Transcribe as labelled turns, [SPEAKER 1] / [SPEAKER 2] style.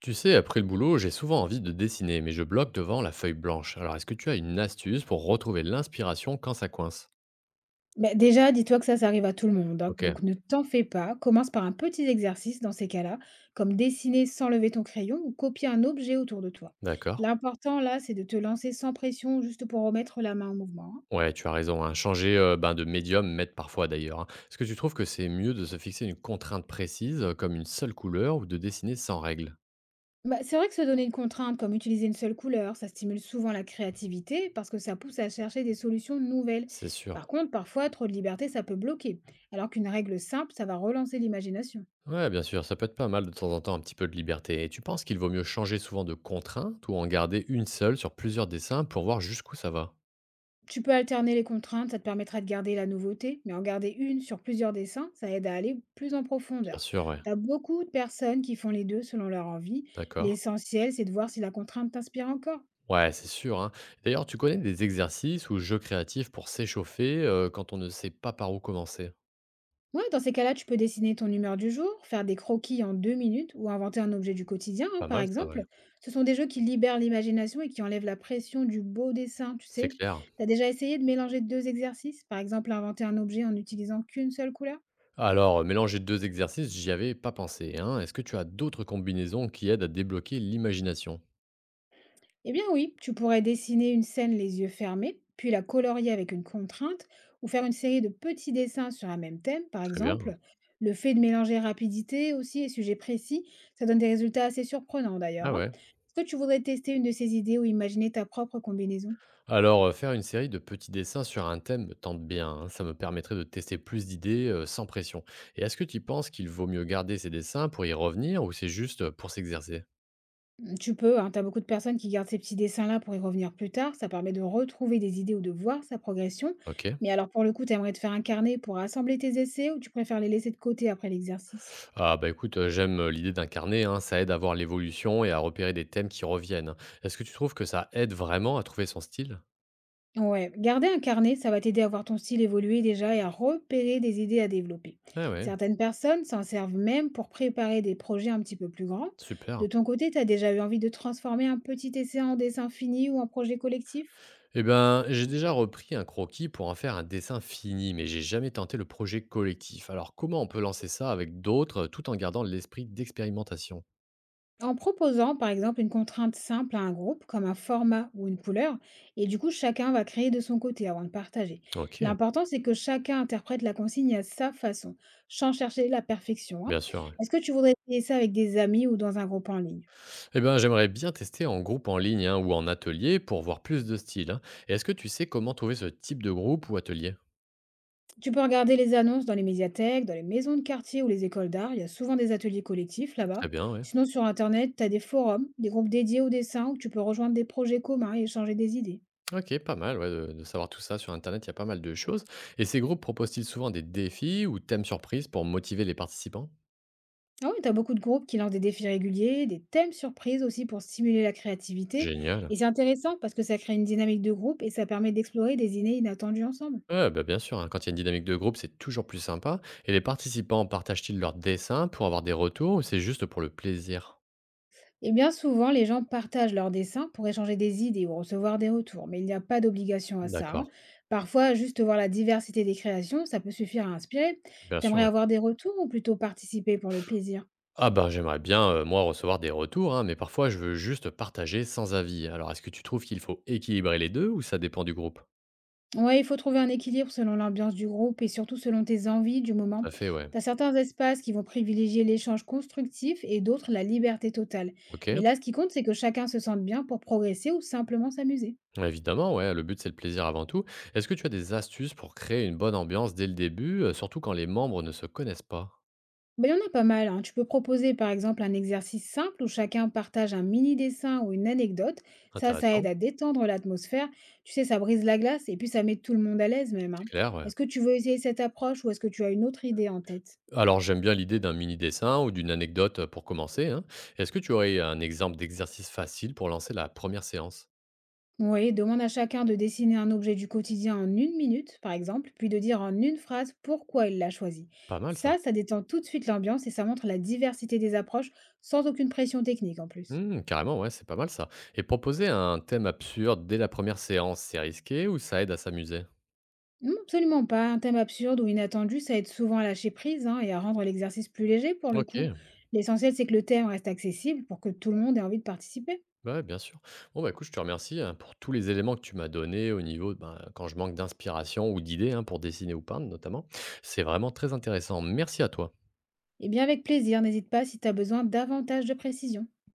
[SPEAKER 1] Tu sais, après le boulot, j'ai souvent envie de dessiner, mais je bloque devant la feuille blanche. Alors, est-ce que tu as une astuce pour retrouver l'inspiration quand ça coince?
[SPEAKER 2] Beh, déjà, dis-toi que ça arrive à tout le monde, hein,
[SPEAKER 1] Ok,
[SPEAKER 2] donc ne t'en fais pas. Commence par un petit exercice dans ces cas-là, comme dessiner sans lever ton crayon ou copier un objet autour de toi.
[SPEAKER 1] d'accord.
[SPEAKER 2] L'important, là, c'est de te lancer sans pression, juste pour remettre la main en mouvement, hein.
[SPEAKER 1] Ouais, tu as raison, hein. Changer de médium m'aide parfois d'ailleurs, hein. Est-ce que tu trouves que c'est mieux de se fixer une contrainte précise, comme une seule couleur, ou de dessiner sans règle?
[SPEAKER 2] Bah, c'est vrai que se donner une contrainte, comme utiliser une seule couleur, ça stimule souvent la créativité parce que ça pousse à chercher des solutions nouvelles.
[SPEAKER 1] C'est
[SPEAKER 2] Par
[SPEAKER 1] sûr.
[SPEAKER 2] contre, parfois, trop de liberté, ça peut bloquer, alors qu'une règle simple, ça va relancer l'imagination.
[SPEAKER 1] Ouais, bien sûr, ça peut être pas mal de temps en temps un petit peu de liberté. Et tu penses qu'il vaut mieux changer souvent de contrainte ou en garder une seule sur plusieurs dessins pour voir jusqu'où ça va?
[SPEAKER 2] Tu peux alterner les contraintes, ça te permettra de garder la nouveauté, mais en garder une sur plusieurs dessins, ça aide à aller plus en
[SPEAKER 1] Bien
[SPEAKER 2] profondeur.
[SPEAKER 1] sûr, ouais.
[SPEAKER 2] Tu as beaucoup de personnes qui font les deux selon leur envie.
[SPEAKER 1] D'accord.
[SPEAKER 2] L'essentiel, c'est de voir si la contrainte t'inspire encore.
[SPEAKER 1] Ouais, c'est sûr, hein. D'ailleurs, tu connais des exercices ou jeux créatifs pour s'échauffer, quand on ne sait pas par où commencer?
[SPEAKER 2] Ouais, dans ces cas-là, tu peux dessiner ton humeur du jour, faire des croquis en 2 minutes ou inventer un objet du quotidien, hein,
[SPEAKER 1] Pas
[SPEAKER 2] par
[SPEAKER 1] mal ça, ouais.
[SPEAKER 2] exemple. Ce sont des jeux qui libèrent l'imagination et qui enlèvent la pression du beau dessin, tu
[SPEAKER 1] C'est
[SPEAKER 2] sais.
[SPEAKER 1] clair.
[SPEAKER 2] Tu as déjà essayé de mélanger deux exercices, par exemple inventer un objet en n'utilisant qu'une seule couleur?
[SPEAKER 1] Alors, mélanger 2 exercices, j'y avais pas pensé, hein. Est-ce que tu as d'autres combinaisons qui aident à débloquer l'imagination?
[SPEAKER 2] Eh bien oui, tu pourrais dessiner une scène les yeux fermés, puis la colorier avec une contrainte, ou faire une série de petits dessins sur un même thème, par
[SPEAKER 1] Très bien.
[SPEAKER 2] exemple. Le fait de mélanger rapidité aussi et sujet précis, ça donne des résultats assez surprenants
[SPEAKER 1] Ah
[SPEAKER 2] d'ailleurs, hein.
[SPEAKER 1] ouais.
[SPEAKER 2] Est-ce que tu voudrais tester une de ces idées ou imaginer ta propre combinaison?
[SPEAKER 1] Alors, faire une série de petits dessins sur un thème me tente bien, hein. Ça me permettrait de tester plus d'idées, sans pression. Et est-ce que tu penses qu'il vaut mieux garder ces dessins pour y revenir ou c'est juste, pour s'exercer?
[SPEAKER 2] Mm, tu peux, hein, tu beaucoup de personnes qui gardent ces petits dessins-là pour y revenir plus tard, ça permet de retrouver des idées ou de voir sa progression.
[SPEAKER 1] OK.
[SPEAKER 2] Mais alors pour le coup, t'aimerais te faire un carnet pour assembler tes essais ou tu préfères les laisser de côté après l'exercice?
[SPEAKER 1] Ah bah écoute, j'aime, l'idée d'incarner, hein, ça aide à voir l'évolution et à repérer des thèmes qui reviennent. Est-ce que tu trouves que ça aide vraiment à trouver son style?
[SPEAKER 2] Ouais, garder un carnet, ça va t'aider à voir ton style évoluer déjà et à repérer des idées à développer.
[SPEAKER 1] Ah ouais,
[SPEAKER 2] Certaines personnes s'en servent même pour préparer des projets un petit peu plus grands.
[SPEAKER 1] super.
[SPEAKER 2] De ton côté, tu as déjà eu envie de transformer un petit essai en dessin fini ou en projet collectif?
[SPEAKER 1] Eh ben, j'ai déjà repris un croquis pour en faire un dessin fini, mais j'ai jamais tenté le projet collectif. Alors comment on peut lancer ça avec d'autres, tout en gardant l'esprit d'expérimentation?
[SPEAKER 2] En proposant par exemple une contrainte simple à un groupe, comme un format ou une couleur, et du coup chacun va créer de son côté avant de partager.
[SPEAKER 1] OK,
[SPEAKER 2] L'important c'est que chacun interprète la consigne à sa façon, sans chercher la perfection, hein.
[SPEAKER 1] bien sûr, ouais.
[SPEAKER 2] Est-ce que tu voudrais essayer ça avec des amis ou dans un groupe en ligne?
[SPEAKER 1] Eh ben, j'aimerais bien tester en groupe en ligne, hein, ou en atelier pour voir plus de styles, hein. Et est-ce que tu sais comment trouver ce type de groupe ou atelier?
[SPEAKER 2] Tu peux regarder les annonces dans les médiathèques, dans les maisons de quartier ou les écoles d'art. Il y a souvent des ateliers collectifs
[SPEAKER 1] Très
[SPEAKER 2] là-bas.
[SPEAKER 1] bien, ouais.
[SPEAKER 2] Sinon, sur Internet, tu as des forums, des groupes dédiés au dessin où tu peux rejoindre des projets communs et échanger des idées.
[SPEAKER 1] OK, pas mal, ouais, de savoir tout ça. Sur internet, il y a pas mal de choses, et ces groupes proposent-ils souvent des défis ou thèmes surprises pour motiver les participants?
[SPEAKER 2] Ah oui, tu as beaucoup de groupes qui lancent des défis réguliers, des thèmes surprises aussi pour stimuler la créativité.
[SPEAKER 1] Génial.
[SPEAKER 2] Et c'est intéressant parce que ça crée une dynamique de groupe et ça permet d'explorer des idées inattendues ensemble.
[SPEAKER 1] Ouais, bah, bien sûr, hein, quand il y a une dynamique de groupe, c'est toujours plus sympa, et les participants partagent-ils leurs dessins pour avoir des retours ou c'est juste pour le plaisir?
[SPEAKER 2] Et bien souvent, les gens partagent leurs dessins pour échanger des idées ou recevoir des retours, mais il n'y a pas d'obligation à ça, hein.
[SPEAKER 1] D'accord,
[SPEAKER 2] Parfois, juste voir la diversité des créations, ça peut suffire à inspirer.
[SPEAKER 1] bien sûr,
[SPEAKER 2] T'aimerais
[SPEAKER 1] oui.
[SPEAKER 2] avoir des retours ou plutôt participer pour le plaisir?
[SPEAKER 1] Ah bah, j'aimerais bien, moi, recevoir des retours, hein, mais parfois je veux juste partager sans avis. Alors est-ce que tu trouves qu'il faut équilibrer les 2 ou ça dépend du groupe?
[SPEAKER 2] Ouais, il faut trouver un équilibre selon l'ambiance du groupe et surtout selon tes envies du
[SPEAKER 1] Tout
[SPEAKER 2] moment.
[SPEAKER 1] à fait, ouais.
[SPEAKER 2] T'as certains espaces qui vont privilégier l'échange constructif et d'autres la liberté totale. Mais
[SPEAKER 1] OK.
[SPEAKER 2] là, ce qui compte, c'est que chacun se sente bien pour progresser ou simplement s'amuser.
[SPEAKER 1] Ouais, évidemment, ouais, le but c'est le plaisir avant tout. Est-ce que tu as des astuces pour créer une bonne ambiance dès le début, surtout quand les membres ne se connaissent pas?
[SPEAKER 2] Mais il y en a pas mal, hein. Tu peux proposer par exemple un exercice simple où chacun partage un mini dessin ou une anecdote. Ça
[SPEAKER 1] Intéressant,
[SPEAKER 2] aide à détendre l'atmosphère. Tu sais, ça brise la glace et puis ça met tout le monde à l'aise même,
[SPEAKER 1] c'est
[SPEAKER 2] hein.
[SPEAKER 1] clair, ouais.
[SPEAKER 2] Est-ce que tu veux essayer cette approche ou est-ce que tu as une autre idée en tête?
[SPEAKER 1] Alors j'aime bien l'idée d'un mini dessin ou d'une anecdote pour commencer, hein. Est-ce que tu aurais un exemple d'exercice facile pour lancer la première séance?
[SPEAKER 2] Oui, demande à chacun de dessiner un objet du quotidien en 1 minute, par exemple, puis de dire en une phrase pourquoi il l'a choisi.
[SPEAKER 1] Pas mal ça.
[SPEAKER 2] Ça détend tout de suite l'ambiance et ça montre la diversité des approches sans aucune pression technique en plus.
[SPEAKER 1] Hmm, carrément, ouais, c'est pas mal ça. Et proposer un thème absurde dès la première séance, c'est risqué ou ça aide à s'amuser?
[SPEAKER 2] Non, absolument pas. Un thème absurde ou inattendu, ça aide souvent à lâcher prise, hein, et à rendre l'exercice plus léger pour le
[SPEAKER 1] Ok.
[SPEAKER 2] coup. L'essentiel, c'est que le thème reste accessible pour que tout le monde ait envie de participer.
[SPEAKER 1] Bah, ouais, bien sûr. Bon, bah, écoute, je te remercie hein, pour tous les éléments que tu m'as donnés au niveau, ben, quand je manque d'inspiration ou d'idées hein, pour dessiner ou peindre, notamment. C'est vraiment très intéressant. Merci à toi.
[SPEAKER 2] Et bien avec plaisir, n'hésite pas si tu as besoin davantage de précision.